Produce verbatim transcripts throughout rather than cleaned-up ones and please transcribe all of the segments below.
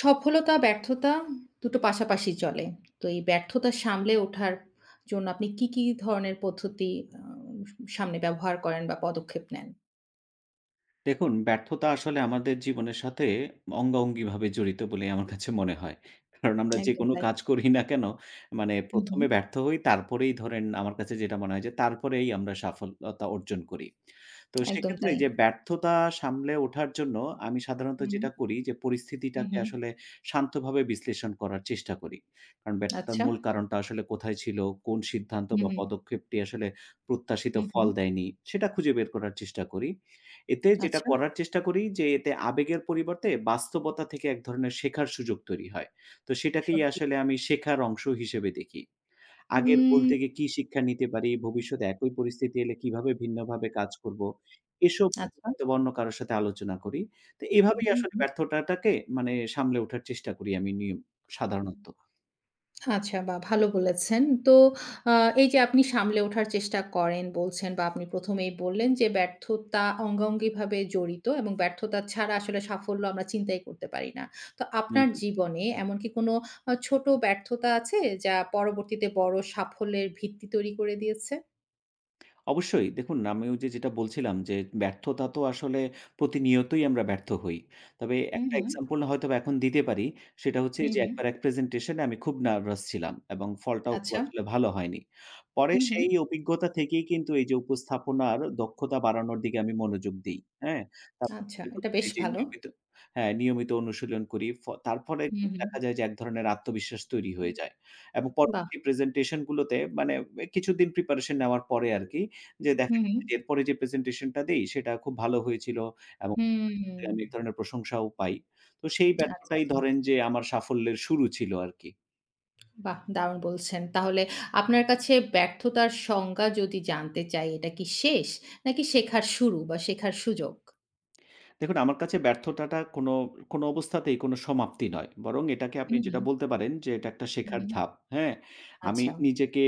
সফলতা, ব্যর্থতা দুটো পাশাপাশি চলে। তো এই ব্যর্থতা সামলে ওঠার জন্য আপনি কি, কি ধরনের পদ্ধতি আ সামনে ব্যবহার করেন বা পদক্ষেপ নেন? দেখুন, ব্যর্থতা আসলে আমাদের জীবনের সাথে অঙ্গাঅঙ্গিভাবে জড়িত বলেই আমার কাছে মনে হয়। কারণ আমরা একদম যেকোনো তাই। কাজ করি না কেন, মানে হু, হু। প্রথম এ ব্যর্থ হই, তারপরেই ধরেন আমার কাছে যেটা মনে হয় যে তারপরেই আমরা সাফল্যতা অর্জন করি। তো একদম সেক্ষেত্রে তাই। যে ব্যর্থতা সামলে ওঠার জন্য আমি সাধারণত হু, হু। যেটা করি যে হু, পরিস্থিতিটাকে হু। আসলে শান্তভাবে বিশ্লেষণ করার চেষ্টা করি। কারণ ব্যর্থতার আচ্ছা। মূল কারণটা আসলে কোথায় ছিল, কোন সিদ্ধান্ত হু, বা হু। পদক্ষেপটি আসলে প্রত্যাশিত হু, ফল হু। দেয়নি, সেটা খুঁজে বের করার চেষ্টা করি। এতে যেটা আচ্ছা। করার চেষ্টা করি যে এতে আবেগের পরিবর্তে বাস্তবতা থেকে এক ধরনের শেখার সুযোগ তৈরি হয়। তো সেটাকেই সত্যি। আসলে আমি শেখার অংশ হিসেবে দেখি। আগের ভুল উম থেকে কি শিক্ষা নিতে পারি, ভবিষ্যতে একই পরিস্থিতি এলে কিভাবে ভিন্নভাবে কাজ করব, এসব আচ্ছা। অথবা অন্য কারো সাথে আলোচনা করি। তো এভাবেই হু, আসলে হু। ব্যর্থতাটাকে মানে সামলে ওঠার চেষ্টা করি আমি নিয়ম সাধারণত। আচ্ছা, বাহ! ভালো বলেছেন। তো আ এই যে আপনি সামলে ওঠার চেষ্টা করেন বলছেন বা আপনি প্রথম এই বললেন যে ব্যর্থতা অঙ্গাঅঙ্গিভাবে জড়িত এবং ব্যর্থতা ছাড়া আসলে সাফল্য আমরা চিন্তাই করতে পারি না। তো হুম। আপনার জীবনে এমন কি কোনো আ ছোট ব্যর্থতা আছে যা পরবর্তীতে বড় সাফল্যের ভিত্তি তৈরি করে দিয়েছে? অবশ্যই। দেখুন আমিও যে যেটা বলছিলাম যে ব্যর্থতা তো আসলে প্রতিনিয়তই আমরা ব্যর্থ হই। তবে হুম, একটা হুম। এক্সাম্পল হয়তোবা এখন দিতে পারি। সেটা হচ্ছে হুম, যে হুম। একবার এক প্রেজেন্টেশন এ আমি খুব নার্ভাস ছিলাম এবং ফলটাও খুব আচ্ছা। আসলে ভালো হয়নি। পরে হুম, হুম। সেই অভিজ্ঞতা থেকেই কিন্তু এই যে উপস্থাপনার দক্ষতা বাড়ানোর দিকে আমি মনোযোগ দেই। হ্যাঁ? তারপর আচ্ছা, থেকে এটা ধরুন বেশ এই যে ভালো। নিয়মিত হ্যাঁ, নিয়মিত অনুশীলন করি। ফ তারপরে হুম, কিন্তু হুম। দেখা যায় যে এক ধরনের আত্মবিশ্বাস তৈরি হয়ে যায় এবং বাহ! পরবর্তী প্রেজেন্টেশন গুলোতে মানে কিছুদিন প্রিপারেশন নেওয়ার পরে আরকি যে দেখা হুম, হুম। গেছে যে এরপরে যে প্রেজেন্টেশনটা দেই সেটা খুব ভালো হয়েছিল এবং হুম। আমি এক ধরনের প্রশংসাও পাই। তো সেই আচ্ছা, ব্যর্থতাই আচ্ছা। ধরেন যে আমার সাফল্যের শুরু ছিল আরকি। বাহ! দারুণ বলছেন। তাহলে আপনার কাছে ব্যর্থতার সংজ্ঞা যদি জানতে চাই, এটা কি শেষ? নাকি শেখার শুরু বা শেখার সুযোগ? দেখুন, আমার কাছে ব্যর্থতাটা কোনো, কোনো অবস্থাতেই কোনো সমাপ্তি নয়। বরং এটাকে আপনি হুম, যেটা হুম, বলতে পারেন যে এটা একটা হুম, শেখার হুম। ধাপ। হ্যাঁ? আমি আচ্ছা। নিজেকে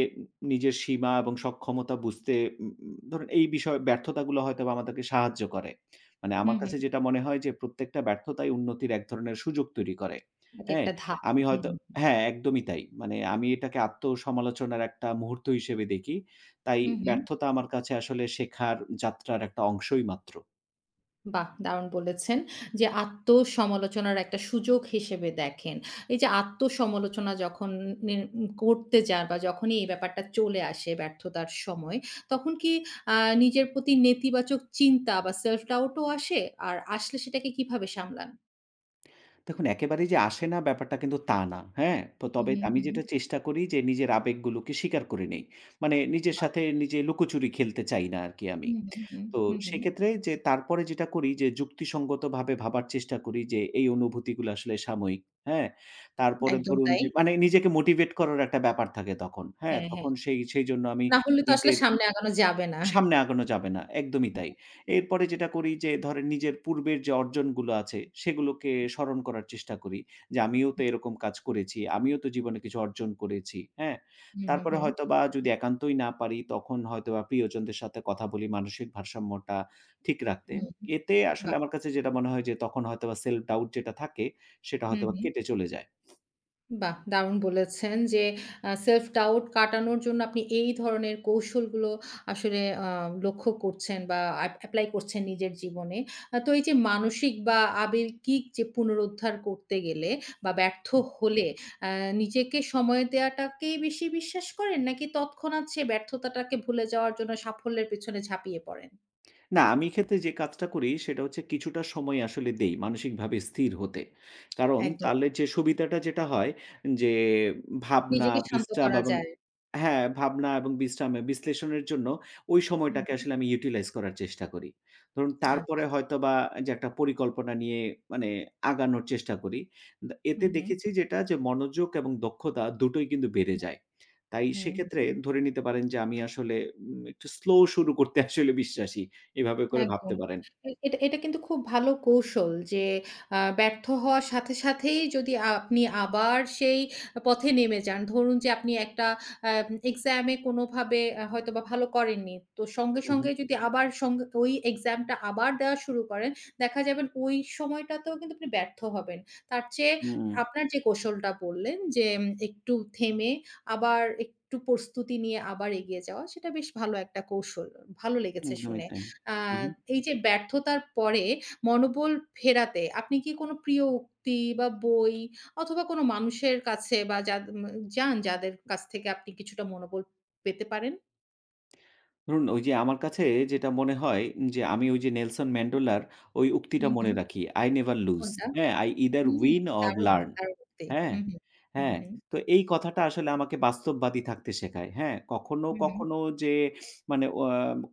নিজের সীমা এবং সক্ষমতা বুঝতে উম উম ধরুন এই বিষয় ব্যর্থতাগুলো হয়তোবা আমাদেরকে সাহায্য করে। মানে হুম, আমার হুম। কাছে যেটা মনে হয় যে প্রত্যেকটা ব্যর্থতাই উন্নতির এক ধরনের সুযোগ তৈরি করে। হ্যাঁ? একেকটা ধাপ। আমি হয়তো হুম। হ্যাঁ, একদমই তাই। মানে আমি এটাকে আত্মসমালোচনার একটা মুহূর্ত হিসেবে দেখি। তাই হুম, হুম। ব্যর্থতা আমার কাছে আসলে শেখার যাত্রার একটা অংশই মাত্র। বাহ! দারুণ বলেছেন যে আত্মসমালোচনার একটা সুযোগ হিসেবে দেখেন। এই যে আত্মসমালোচনা যখন নি করতে যান বা যখনই এই ব্যাপারটা চলে আসে ব্যর্থতার সময়, তখন কি আ নিজের প্রতি নেতিবাচক চিন্তা বা self doubt ও আসে? আর আসলে সেটাকে কিভাবে সামলান? দেখুন একেবারেই যে আসে না ব্যাপারটা কিন্তু তা না। হ্যাঁ? তো হুম, তবে হুম, আমি হুম। যেটা চেষ্টা করি যে নিজের আবেগগুলোকে স্বীকার করে নেই। মানে নিজের বাহ! সাথে নিজে লুকোচুরি খেলতে চাই না আরকি আমি। হুম, হুম, হুম, তো হুম, হুম। সেক্ষেত্রে যে তারপরে যেটা করি যে যুক্তিসঙ্গতভাবে ভাবার চেষ্টা করি যে এই অনুভূতিগুলো আসলে সাময়িক। হ্যাঁ? তারপরে একদম ধরুন তাই। যে মানে নিজেকে মোটিভেট করার একটা ব্যাপার থাকে তখন। হ্যাঁ? হ্যাঁ, হ্যাঁ। তখন সেই সেইজন্য আমি না হলে তো আসলে নিজের সামনে আগানো যাবে না। সামনে আগানো যাবে না। একদমই তাই। এরপরে যেটা করি যে ধরেন নিজের পূর্বের যে অর্জনগুলো আছে সেগুলোকে স্মরণ করার চেষ্টা করি। যে আমিও তো এরকম কাজ করেছি। আমিও তো জীবনে কিছু অর্জন করেছি। হ্যাঁ? হুম, হুম, তারপরে হুম। হয়তোবা যদি একান্তই না পারি তখন হয়তোবা প্রিয়জনদের সাথে কথা বলি মানসিক ভারসাম্যটা ঠিক রাখতে। হুম। এতে আসলে বাহ! আমার কাছে যেটা মনে হয় যে তখন হয়তোবা self doubt যেটা থাকে সেটা হুম, হয়তোবা হুম। কেটে চলে যায়। বাহ! দারুণ বলেছেন যে আ self doubt কাটানোর জন্য আপনি এই ধরনের কৌশলগুলো আসলে আ লক্ষ্য করছেন বা অ্যাপ অ্যাপ্লাই করছেন নিজের জীবনে। আ তো এই যে মানসিক বা আবেগিক যে পুনরুদ্ধার করতে গেলে বা ব্যর্থ হলে আ নিজেকে সময় দেওয়াটাকেই বেশি বিশ্বাস করেন? নাকি তৎক্ষণাৎ সে ব্যর্থতাটাকে ভুলে যাওয়ার জন্য সাফল্যের পেছনে ঝাঁপিয়ে পড়েন? না, আমি এক্ষেত্রে যে কাজটা করি সেটা হচ্ছে কিছুটা সময় আসলে দেই মানসিকভাবে স্থির হতে। কারণ একদম। তাহলে যে সুবিধাটা যেটা হয় যে ভাবনা, নিজেকে শান্ত বিশ্রাম করা এবং যায়। হ্যাঁ, ভাবনা এবং বিশ্রামে বিশ্লেষণের জন্য ওই হুম, সময়টাকে হুম। আসলে আমি ইউটিলাইজ করার চেষ্টা করি। ধরুন আচ্ছা, তারপরে আচ্ছা। হয়তোবা যে একটা পরিকল্পনা নিয়ে মানে আগানোর চেষ্টা করি। দা এতে হুম, হুম। দেখেছি যেটা যে মনোযোগ এবং দক্ষতা দুটোই কিন্তু বেড়ে যায়। তাই হুম, সেক্ষেত্রে হুম। ধরে নিতে পারেন যে আমি আসলে উম একটু স্লো শুরু করতে আসলে বিশ্বাসী। এভাবে করে একদম। ভাবতে পারেন। এ এটা এটা কিন্তু খুব ভালো কৌশল যে আ ব্যর্থ হওয়ার সাথে সাথেই যদি আপনি আবার সেই পথে নেমে যান। ধরুন যে আপনি একটা আম এক্সামে কোনোভাবে আ হয়তোবা ভালো করেননি। তো সঙ্গে, হু, হু। সঙ্গে যদি আবার সঙ্গে ওই এক্সামটা আবার দেওয়া শুরু করেন, দেখা যাবেন ওই সময়টাতেও কিন্তু আপনি ব্যর্থ হবেন। তার চেয়ে হুম, আপনার যে কৌশলটা বললেন যে উম একটু থেমে আবার একটু প্রস্তুতি নিয়ে আবার এগিয়ে যাওয়া, সেটা বেশ ভালো একটা কৌশল। ভালো লেগেছে একদমই শুনে। তাই। আ হু, হু। এই যে ব্যর্থতার পরে মনোবল ফেরাতে আপনি কি কোনো প্রিয় উক্তি বা বই অথবা কোনো মানুষের কাছে বা যাদ উম যান যাদের কাছ থেকে আপনি কিছুটা মনোবল পেতে পারেন? ধরুন ওই যে আমার কাছে যেটা মনে হয় যে আমি ওই যে নেলসন ম্যান্ডেলার ওই উক্তিটা হুম, মনে হুম। রাখি, "I never lose." কোনটা? হ্যাঁ? "I either hmm, win or দারুণ, learn." দারুণ উক্তি। হ্যাঁ? হুম, হুম। হুম, হ্যাঁ, হুম। তো এই কথাটা আসলে আমাকে বাস্তববাদী থাকতে শেখায়। হ্যাঁ? কখনো, হুম, হুম। কখনো যে মানে অ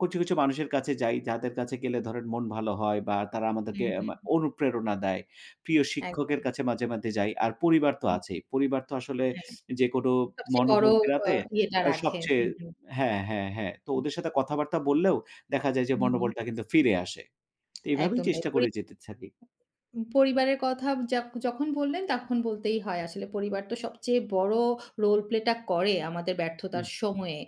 কিছু, কিছু মানুষের কাছে যাই, যাদের কাছে গেলে ধরেন মন ভালো হয় বা তারা আমাদেরকে হুম, আমা হুম। অনুপ্রেরণা দেয়। প্রিয় শিক্ষকের একদম। কাছে মাঝে, মাঝে যাই। আর পরিবার তো হুম, আছেই। পরিবার তো আসলে হ্যাঁ। যেকোনো সবচেয়ে বড় মনোবল আ ফেরাতে ইয়েটা আ রাখে। সবচেয়ে হুম, হুম। হ্যাঁ, হ্যাঁ, হ্যাঁ। তো ওদের সাথে কথাবার্তা বললেও দেখা যায় যে হুম, হুম। মনোবলটা কিন্তু ফিরে আসে। তো এভাবেই একদম তাই। চেষ্টা পরি করে যেতে থাকি। উম পরিবারের কথা যাক যখন বললেন তখন বলতেই হয় আসলে পরিবার তো সবচেয়ে বড় রোল প্লেটা করে আমাদের হুম, ব্যর্থতার সময়ে।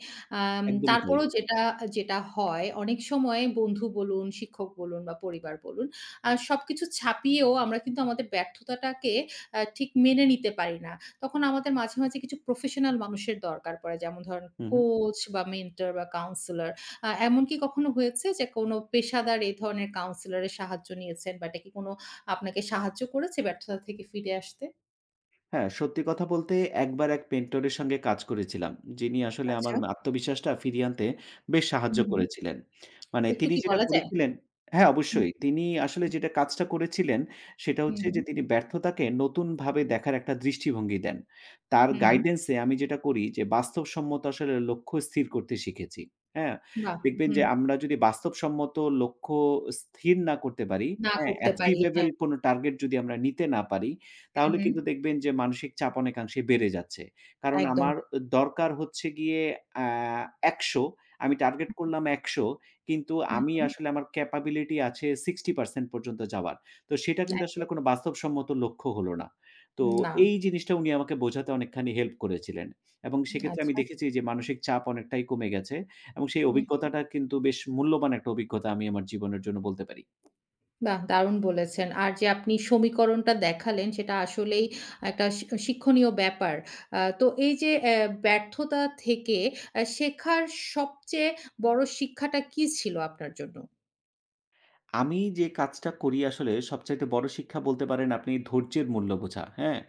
আম একদমই তাই। তারপরেও যেটা যেটা হয় অনেক সময় বন্ধু বলুন, শিক্ষক বলুন বা পরিবার বলুন, আ সবকিছু ছাপিয়েও আমরা কিন্তু আমাদের ব্যর্থতাটাকে আ ঠিক মেনে নিতে পারি না। তখন আমাদের মাঝে, মাঝে কিছু প্রফেশনাল মানুষের দরকার পড়ে। যেমন ধরেন হু, হু। কোচ বা মেন্টর বা কাউন্সেলর। আ এমন কি কখনো হয়েছে যে কোনো পেশাদার এই ধরনের কাউন্সেলর এর সাহায্য নিয়েছেন বা এটা কি কোনো আপনাকে সাহায্য করেছে ব্যর্থতা থেকে ফিরে আসতে? হ্যাঁ, সত্যি কথা বলতে একবার এক মেন্টরের সঙ্গে কাজ করেছিলাম। যিনি আসলে আমার আচ্ছা। আত্মবিশ্বাসটা ফিরিয়ে আনতে বেশ হুম, সাহায্য হুম। করেছিলেন। মানে একটু তিনি কি যেটা বলা যায়? করেছিলেন হ্যাঁ, হুম, অবশ্যই। তিনি আসলে হুম, যেটা কাজটা করেছিলেন সেটা হচ্ছে হুম, যে তিনি ব্যর্থতাকে নতুনভাবে দেখার একটা দৃষ্টিভঙ্গি দেন। তার হুম, হুম। গাইডেন্স এ আমি যেটা করি যে বাস্তবসম্মত আসলে লক্ষ্য স্থির করতে শিখেছি। হ্যাঁ? বাহ! দেখবেন হুম। যে আমরা যদি বাস্তবসম্মত লক্ষ্য স্থির না করতে পারি, না হ্যাঁ, করতে পারি। অ্যাচিভেবল হ্যাঁ। কোনো টার্গেট যদি আমরা নিতে না পারি হুম, তাহলে হুম। কিন্তু দেখবেন যে মানসিক চাপ অনেকাংশে বেড়ে যাচ্ছে। কারণ একদম। আমার দরকার হচ্ছে গিয়ে আ একশো আমি টার্গেট করলাম একশো কিন্তু হুম, আমি হুম। আসলে আমার ক্যাপাবিলিটি আছে ষাট শতাংশ পর্যন্ত যাওয়ার। তো সেটা কিন্তু আসলে এক কোনো বাস্তবসম্মত লক্ষ্য হলো না। তো না। এই জিনিসটা উনি আমাকে বোঝাতে অনেকখানি হেল্প করেছিলেন। এবং সেক্ষেত্রে আমি আচ্ছা। দেখেছি যে মানসিক চাপ অনেকটাই কমে গেছে এবং সেই হুম। অভিজ্ঞতাটা কিন্তু বেশ মূল্যবান একটা অভিজ্ঞতা আমি আমার জীবনের জন্য বলতে পারি। বাহ! দারুণ বলেছেন। আর যে আপনি সমীকরণটা দেখালেন সেটা আসলেই একটা শি শিক্ষণীয় ব্যাপার। আ তো এই যে অ্যা ব্যর্থতা থেকে অ্যা শেখার সবচেয়ে বড় শিক্ষাটা কি ছিল আপনার জন্য? আমি যে কাজটা করি আসলে সবচাইতে বড় শিক্ষা বলতে পারেন আপনি ধৈর্যের মূল্য বোঝা, হ্যাঁ?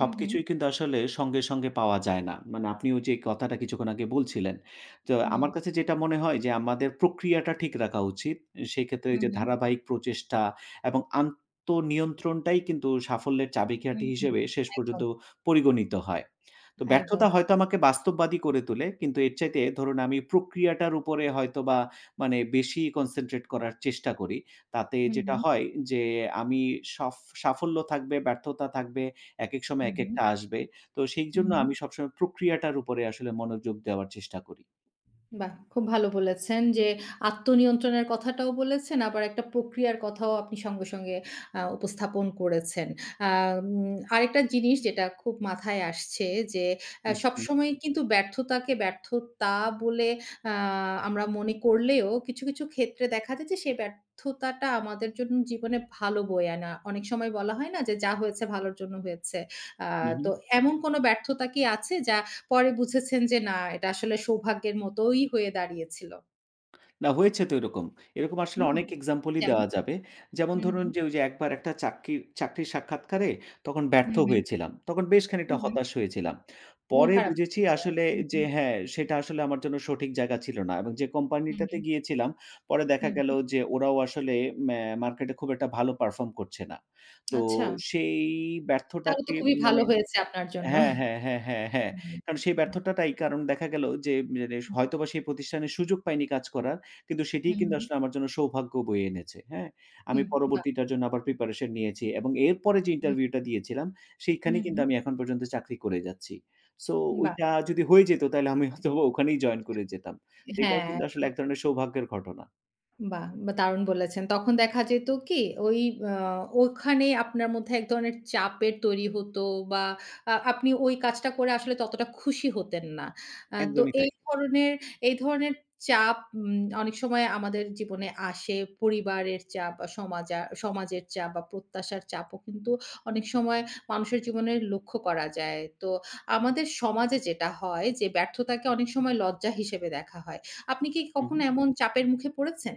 হুম, হুম। কিন্তু আসলে সঙ্গে, সঙ্গে পাওয়া যায় না। মানে আপনিও যে কথাটা কিছুক্ষণ আগে বলছিলেন। তো হুম, আমার কাছে যেটা মনে হয় যে আমাদের প্রক্রিয়াটা ঠিক রাখা উচিত। সেক্ষেত্রে হুম, যে হুম, ধারাবাহিক প্রচেষ্টা এবং আত্মনিয়ন্ত্রণটাই কিন্তু সাফল্যের হুম, চাবিকাঠি হুম। হিসেবে শেষ একদম। পর্যন্ত পরিগণিত হয়। তো একদম, একদম। ব্যর্থতা হয়তো আমাকে বাস্তববাদী করে তোলে। কিন্তু এর চাইতে ধরুন আমি প্রক্রিয়াটার উপরে হয়তোবা মানে বেশি কনসেনট্রেট করার চেষ্টা করি। তাতে হুম, যেটা হুম, হয় যে আমি সফ সাফল্য থাকবে, ব্যর্থতা থাকবে, একেক সময় হুম, হুম, একেকটা আসবে। তো হুম, সেইজন্য হুম। আমি সবসময় প্রক্রিয়াটার উপরে আসলে মনোযোগ দেওয়ার চেষ্টা করি। বাহ! খুব ভালো বলেছেন যে, আত্মনিয়ন্ত্রণের কথাটাও বলেছেন, আবার একটা প্রক্রিয়ার কথাও আপনি সঙ্গে, সঙ্গে আ উপস্থাপন করেছেন। আম আরেকটা জিনিস যেটা খুব মাথায় আসছে যে, আ হু, হু, সবসময় কিন্তু ব্যর্থতাকে ব্যর্থতা বলে আ আমরা মনে করলেও কিছু, কিছু ক্ষেত্রে দেখা যায় যে, সেই ব্যর্থতাটা আমাদের জন্য জীবনে ভালো বয়ে আনা। অনেক সময় বলা হয় না যে, "যা হয়েছে ভালোর জন্য হয়েছে।" আ হু, হু। তো এমন কোনো ব্যর্থতা কি আছে যা পরে বুঝেছেন যে না, এটা আসলে সৌভাগ্যের মতোই হয়ে দাঁড়িয়েছিল। না হয়েছে তো এরকম। এরকম আসলে হুম, অনেক এক্সাম্পলই যেমন? দেওয়া যাবে। যেমন হুম, ধরুন হুম, যে, ওই যে একবার একটা চাকরির চাকরির সাক্ষাৎকারে তখন ব্যর্থ হুম, হুম, হয়েছিলাম। তখন বেশ খানিকটা হুম, হুম। হতাশ হয়েছিলাম। মন পরে খারাপ বুঝেছি হয়েছিল। আসলে হুম, যে হুম, হ্যাঁ, সেটা আসলে আমার জন্য সঠিক জায়গা ছিল না এবং যে হুম, কোম্পানিটাতে হুম, গিয়েছিলাম, পরে দেখা হুম, গেল হুম। যে ওরাও আসলে ম্যা মার্কেটে খুব একটা ভালো পারফর্ম করছে না। তো আচ্ছা। সেই তাহলে তো ব্যর্থটাকে খুবই ভালো মানে হয়েছে আপনার জন্য। হ্যাঁ, হ্যাঁ, হ্যাঁ, হ্যাঁ, হ্যাঁ। হুম, হুম, কারণ সেই ব্যর্থতাটাই কারণ দেখা গেল যে মানে হয়তোবা সেই প্রতিষ্ঠানে সুযোগ পাইনি কাজ করার। কিন্তু সেটিই হুম, কিন্তু হুম, আসলে আমার জন্য সৌভাগ্য বয়ে এনেছে। হ্যাঁ? আমি হুম, বাহ! পরবর্তীটার জন্য আবার প্রিপারেশন নিয়েছি এবং এরপরে যে হুম, ইন্টারভিউটা দিয়েছিলাম সেইখানে হুম, কিন্তু হুম, আমি এখন পর্যন্ত চাকরি করে যাচ্ছি। সো বাহ! ওইটা যদি হয়ে যেত তাহলে আমি হয়তোবা ওখানেই জয়েন করে যেতাম। তো এটাও হ্যাঁ। কিন্তু আসলে এক ধরনের সৌভাগ্যের ঘটনা। বাহ! বা দারুণ বলেছেন। তখন দেখা যেত কি ওই আ ওখানে আপনার মধ্যে এক ধরনের চাপের তৈরি হতো বা আ আপনি ওই কাজটা করে আসলে ততটা খুশি হতেন না। আ তো একদমই এই তাই। ধরনের এই ধরনের চাপ উম অনেক সময় আমাদের জীবনে আসে। পরিবারের চাপ বা সমাজা সমাজের চাপ বা প্রত্যাশার চাপও কিন্তু অনেক সময় মানুষের জীবনে লক্ষ্য করা যায়। তো আমাদের সমাজে যেটা হয় যে ব্যর্থতাকে অনেক সময় লজ্জা হিসেবে দেখা হয়। আপনি কি হু, হু। কখনো এমন চাপের মুখে পড়েছেন?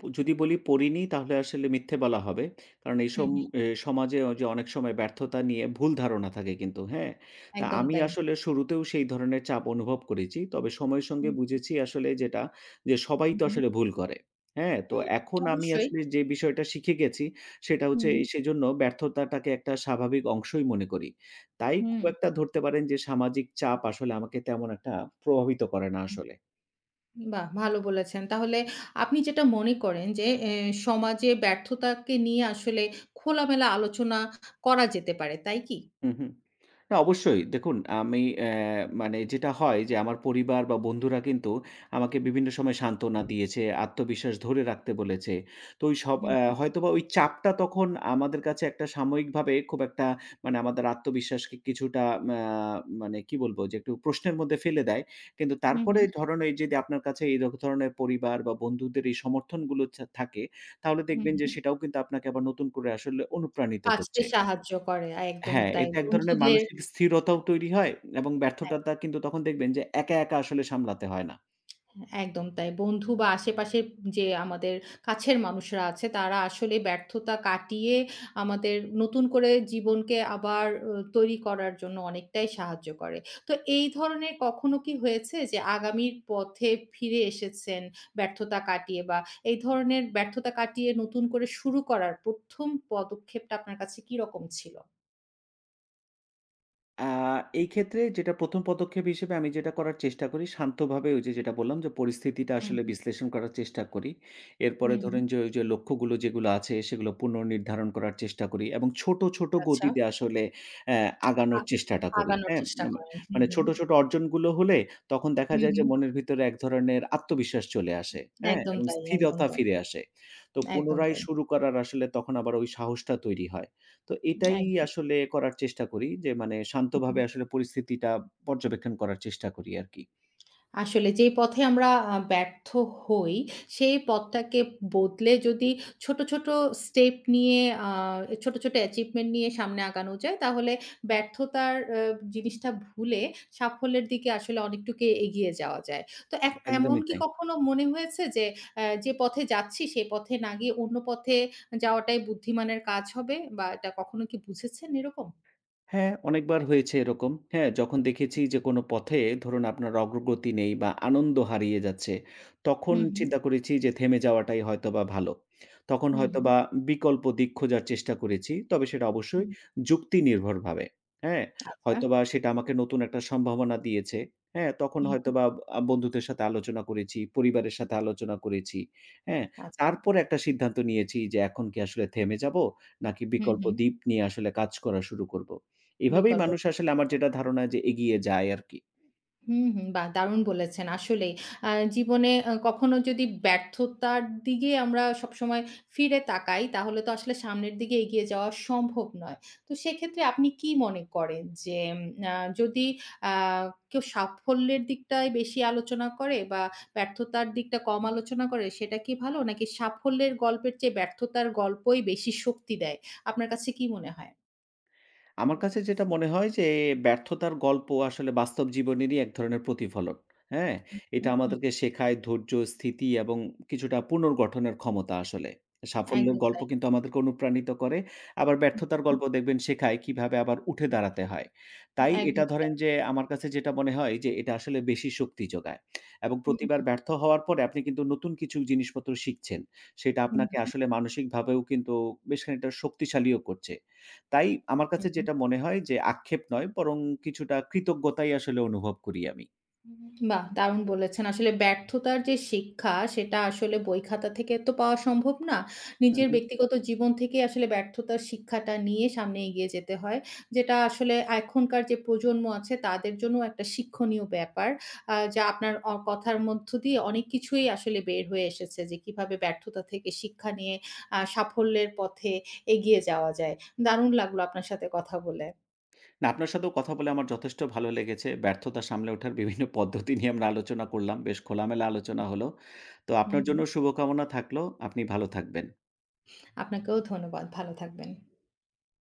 প যদি বলি পড়িনি তাহলে আসলে মিথ্যে বলা হবে। কারণ এই হুম, সম হুম। এ সমাজে যে অনেক সময় ব্যর্থতা নিয়ে ভুল ধারণা থাকে কিন্তু, হ্যাঁ? তা একদম আমি তাই। আসলে শুরুতেও সেই ধরনের চাপ অনুভব করেছি। তবে সময়ের সঙ্গে হুম, বুঝেছি আসলে যেটা যে সবাই তো হুম। আসলে ভুল করে, হ্যাঁ? তো হুম, এখন আমি অবশ্যই। আসলে যে বিষয়টা শিখে গেছি সেটা হচ্ছে হুম, এই সেজন্য ব্যর্থতাটাকে একটা স্বাভাবিক অংশই মনে করি। তাই হুম। খুব একটা ধরতে পারেন যে সামাজিক চাপ আসলে আমাকে তেমন একটা প্রভাবিত করে না আসলে। বাহ! ভালো বলেছেন। তাহলে আপনি যেটা মনে করেন যে এ সমাজে ব্যর্থতাকে নিয়ে আসলে খোলামেলা আলোচনা করা যেতে পারে, তাই কি? হুম, হুম। না অবশ্যই। দেখুন আমি অ্যা মানে যেটা হয় যে আমার পরিবার বা বন্ধুরা কিন্তু আমাকে বিভিন্ন সময় সান্ত্বনা দিয়েছে, আত্মবিশ্বাস ধরে রাখতে বলেছে। তো ওই সব অ্যা হুম, হয়তোবা ওই চাপটা তখন আমাদের কাছে একটা সাময়িকভাবে খুব একটা মানে আমাদের আত্মবিশ্বাসকে কিছুটা ম্যা মানে কি বলব যে একটু প্রশ্নের মধ্যে ফেলে দেয়। কিন্তু হুম, তারপরে হুম, ধরুন এই যদি আপনার কাছে এই রক ধরনের পরিবার বা বন্ধুদের এই সমর্থনগুলো ছা থাকে, তাহলে হুম, দেখবেন যে হুম। সেটাও কিন্তু আপনাকে আবার নতুন করে আসলে অনুপ্রাণিত বাঁচতে করছে। সাহায্য করে। একদম হ্যাঁ, তাই। এতে এক ধরনের বন্ধুদের মানসিক স্থিরতাও হ্যাঁ, তৈরি হয় এবং ব্যর্থতাটা কিন্তু তখন দেখবেন যে একা, একা আসলে সামলাতে হয় না। একদম তাই। বন্ধু বা আশেপাশের যে আমাদের কাছের মানুষরা আছে তারা আসলে ব্যর্থতা কাটিয়ে আমাদের নতুন করে জীবনকে আবার অ তৈরি করার জন্য অনেকটাই সাহায্য করে। তো এই ধরনের কখনো কি হয়েছে যে আগামীর পথে ফিরে এসেছেন ব্যর্থতা কাটিয়ে বা এই ধরনের ব্যর্থতা কাটিয়ে নতুন করে শুরু করার প্রথম পদক্ষেপটা আপনার কাছে কিরকম ছিল? আ এই ক্ষেত্রে যেটা প্রথম পদক্ষেপ হিসেবে আমি যেটা করার চেষ্টা করি শান্তভাবে ওই যে যেটা বললাম যে পরিস্থিতিটা আসলে হুম, বিশ্লেষণ করার চেষ্টা করি। এরপরে হুম, হুম। ধরেন যে ওই যে লক্ষ্যগুলো যেগুলো আছে সেগুলো পুনর্নির্ধারণ করার চেষ্টা করি এবং ছোট, ছোট আচ্ছা। গতিতে আসলে অ্যা আ আগানোর চেষ্টাটা করি। আগানোর হ্যাঁ? চেষ্টা ম করেন। হুম, মানে হুম। ছোট, ছোট অর্জনগুলো হলে তখন দেখা হুম, যায় যে হুম। মনের ভিতরে এক ধরনের আত্মবিশ্বাস চলে আসে। হ্যাঁ? একদম এবং তাই, একদম স্থিরতা তাই। ফিরে আসে। তো একদম পুনরায় তাই। শুরু করার আসলে তখন আবার ওই সাহসটা তৈরি হয়। তো এটাই একদম। আসলে করার চেষ্টা করি যে মানে হুম। শান্তভাবে আসলে পরিস্থিতিটা পর্যবেক্ষণ করার চেষ্টা করি আরকি। আসলে যেই পথে আমরা আ ব্যর্থ হই, সেই পথটাকে বদলে যদি ছোট, ছোট স্টেপ নিয়ে আ ছোট, ছোট অ্যাচিভমেন্ট নিয়ে সামনে আগানো যায়, তাহলে ব্যর্থতার অ্যা জিনিসটা ভুলে সাফল্যের দিকে আসলে অনেকটুকু এগিয়ে যাওয়া যায়। তো এখ এমন একদমই কি তাই। কখনো মনে হয়েছে যে, অ্যা যে পথে যাচ্ছি সেই পথে না গিয়ে অন্য পথে যাওয়াটাই বুদ্ধিমানের কাজ হবে বা এটা কখনো কি বুঝেছেন এরকম? হ্যাঁ, অনেকবার হয়েছে এরকম। হ্যাঁ, যখন দেখেছি যে কোনো পথে ধরুন আপনার অগ্রগতি নেই বা আনন্দ হারিয়ে যাচ্ছে, তখন হুম, হুম। চিন্তা করেছি যে থেমে যাওয়াটাই হয়তোবা ভালো। তখন হুম, হুম। হয়তোবা বিকল্প দিক খোঁজার চেষ্টা করেছি। তবে সেটা অবশ্যই হুম। যুক্তি নির্ভরভাবে। হ্যাঁ? আচ্ছা। হয়তোবা সেটা আমাকে নতুন একটা সম্ভাবনা দিয়েছে। হ্যাঁ, তখন হুম। হয়তোবা আ বন্ধুদের সাথে আলোচনা করেছি, পরিবারের সাথে আলোচনা করেছি। হ্যাঁ? আচ্ছা। তারপরে একটা সিদ্ধান্ত নিয়েছি যে এখন কি আসলে থেমে যাবো? নাকি হুম, বিকল্প হুম। দ্বীপ নিয়ে আসলে কাজ করা শুরু করব? এভাবেই বিকল্প মানুষ আসলে আমার যেটা ধারণা যে এগিয়ে যায় আরকি। হুম, হুম। বাহ! দারুণ বলেছেন। আসলেই। আ জীবনে আ কখনো যদি ব্যর্থতার দিকে আমরা সবসময় ফিরে তাকাই, তাহলে তো আসলে সামনের দিকে এগিয়ে যাওয়া সম্ভব নয়। তো সেক্ষেত্রে আপনি কি মনে করেন যে, উম আ যদি আ কেউ সাফল্যের দিকটায় বেশি আলোচনা করে বা ব্যর্থতার দিকটা কম আলোচনা করে, সেটা কি ভালো? নাকি সাফল্যের গল্পের চেয়ে ব্যর্থতার গল্পই বেশি শক্তি দেয়? আপনার কাছে কি মনে হয়? আমার কাছে যেটা মনে হয় যে ব্যর্থতার গল্প আসলে বাস্তব জীবনেরই এক ধরনের প্রতিফলন। হ্যাঁ? এটা হুম, হুম। আমাদেরকে শেখায় ধৈর্য, স্থিতি এবং কিছুটা পুনর্গঠনের ক্ষমতা আসলে। সাফল্যের একদম গল্প তাই। কিন্তু আমাদেরকে অনুপ্রাণিত করে। আবার ব্যর্থতার হুম। গল্প দেখবেন শেখায় কিভাবে আবার উঠে দাঁড়াতে হয়। তাই এটা একদমই তাই। ধরেন যে আমার কাছে যেটা মনে হয় যে এটা আসলে বেশি শক্তি যোগায়। এবং হুম, প্রতিবার ব্যর্থ হওয়ার পরে আপনি কিন্তু নতুন কিছু জিনিসপত্র শিখছেন। সেটা হুম, আপনাকে হুম, আসলে মানসিকভাবেও কিন্তু বেশ খানিকটা শক্তিশালীও করছে। তাই আমার হুম, কাছে হুম। যেটা মনে হয় যে আক্ষেপ নয় বরং কিছুটা কৃতজ্ঞতাই আসলে অনুভব করি আমি। বাহ! দারুণ বলেছেন। আসলে ব্যর্থতার যে শিক্ষা সেটা আসলে বই খাতা থেকে তো পাওয়া সম্ভব না। হুম, নিজের হুম। ব্যক্তিগত জীবন থেকেই আসলে ব্যর্থতার শিক্ষাটা নিয়ে সামনে এগিয়ে যেতে হয়। যেটা আসলে এখনকার যে প্রজন্ম আছে তাদের জন্য একটা শিক্ষণীয় ব্যাপার। আ যা আপনার অ কথার মধ্য দিয়ে অনেক কিছুই আসলে বের হয়ে এসেছে যে কিভাবে ব্যর্থতা থেকে শিক্ষা নিয়ে আ সাফল্যের পথে এগিয়ে যাওয়া যায়। দারুণ লাগলো আপনার সাথে কথা বলে। না আপনার সাথেও কথা বলে আমার যথেষ্ট ভালো লেগেছে। ব্যর্থতা সামলে ওঠার বিভিন্ন পদ্ধতি নিয়ে আমরা আলোচনা করলাম। বেশ খোলামেলা আলোচনা হলো। তো আপনার হুম। জন্য শুভকামনা থাকলো। আপনি ভালো থাকবেন। আপনাকেও ধন্যবাদ। ভালো থাকবেন।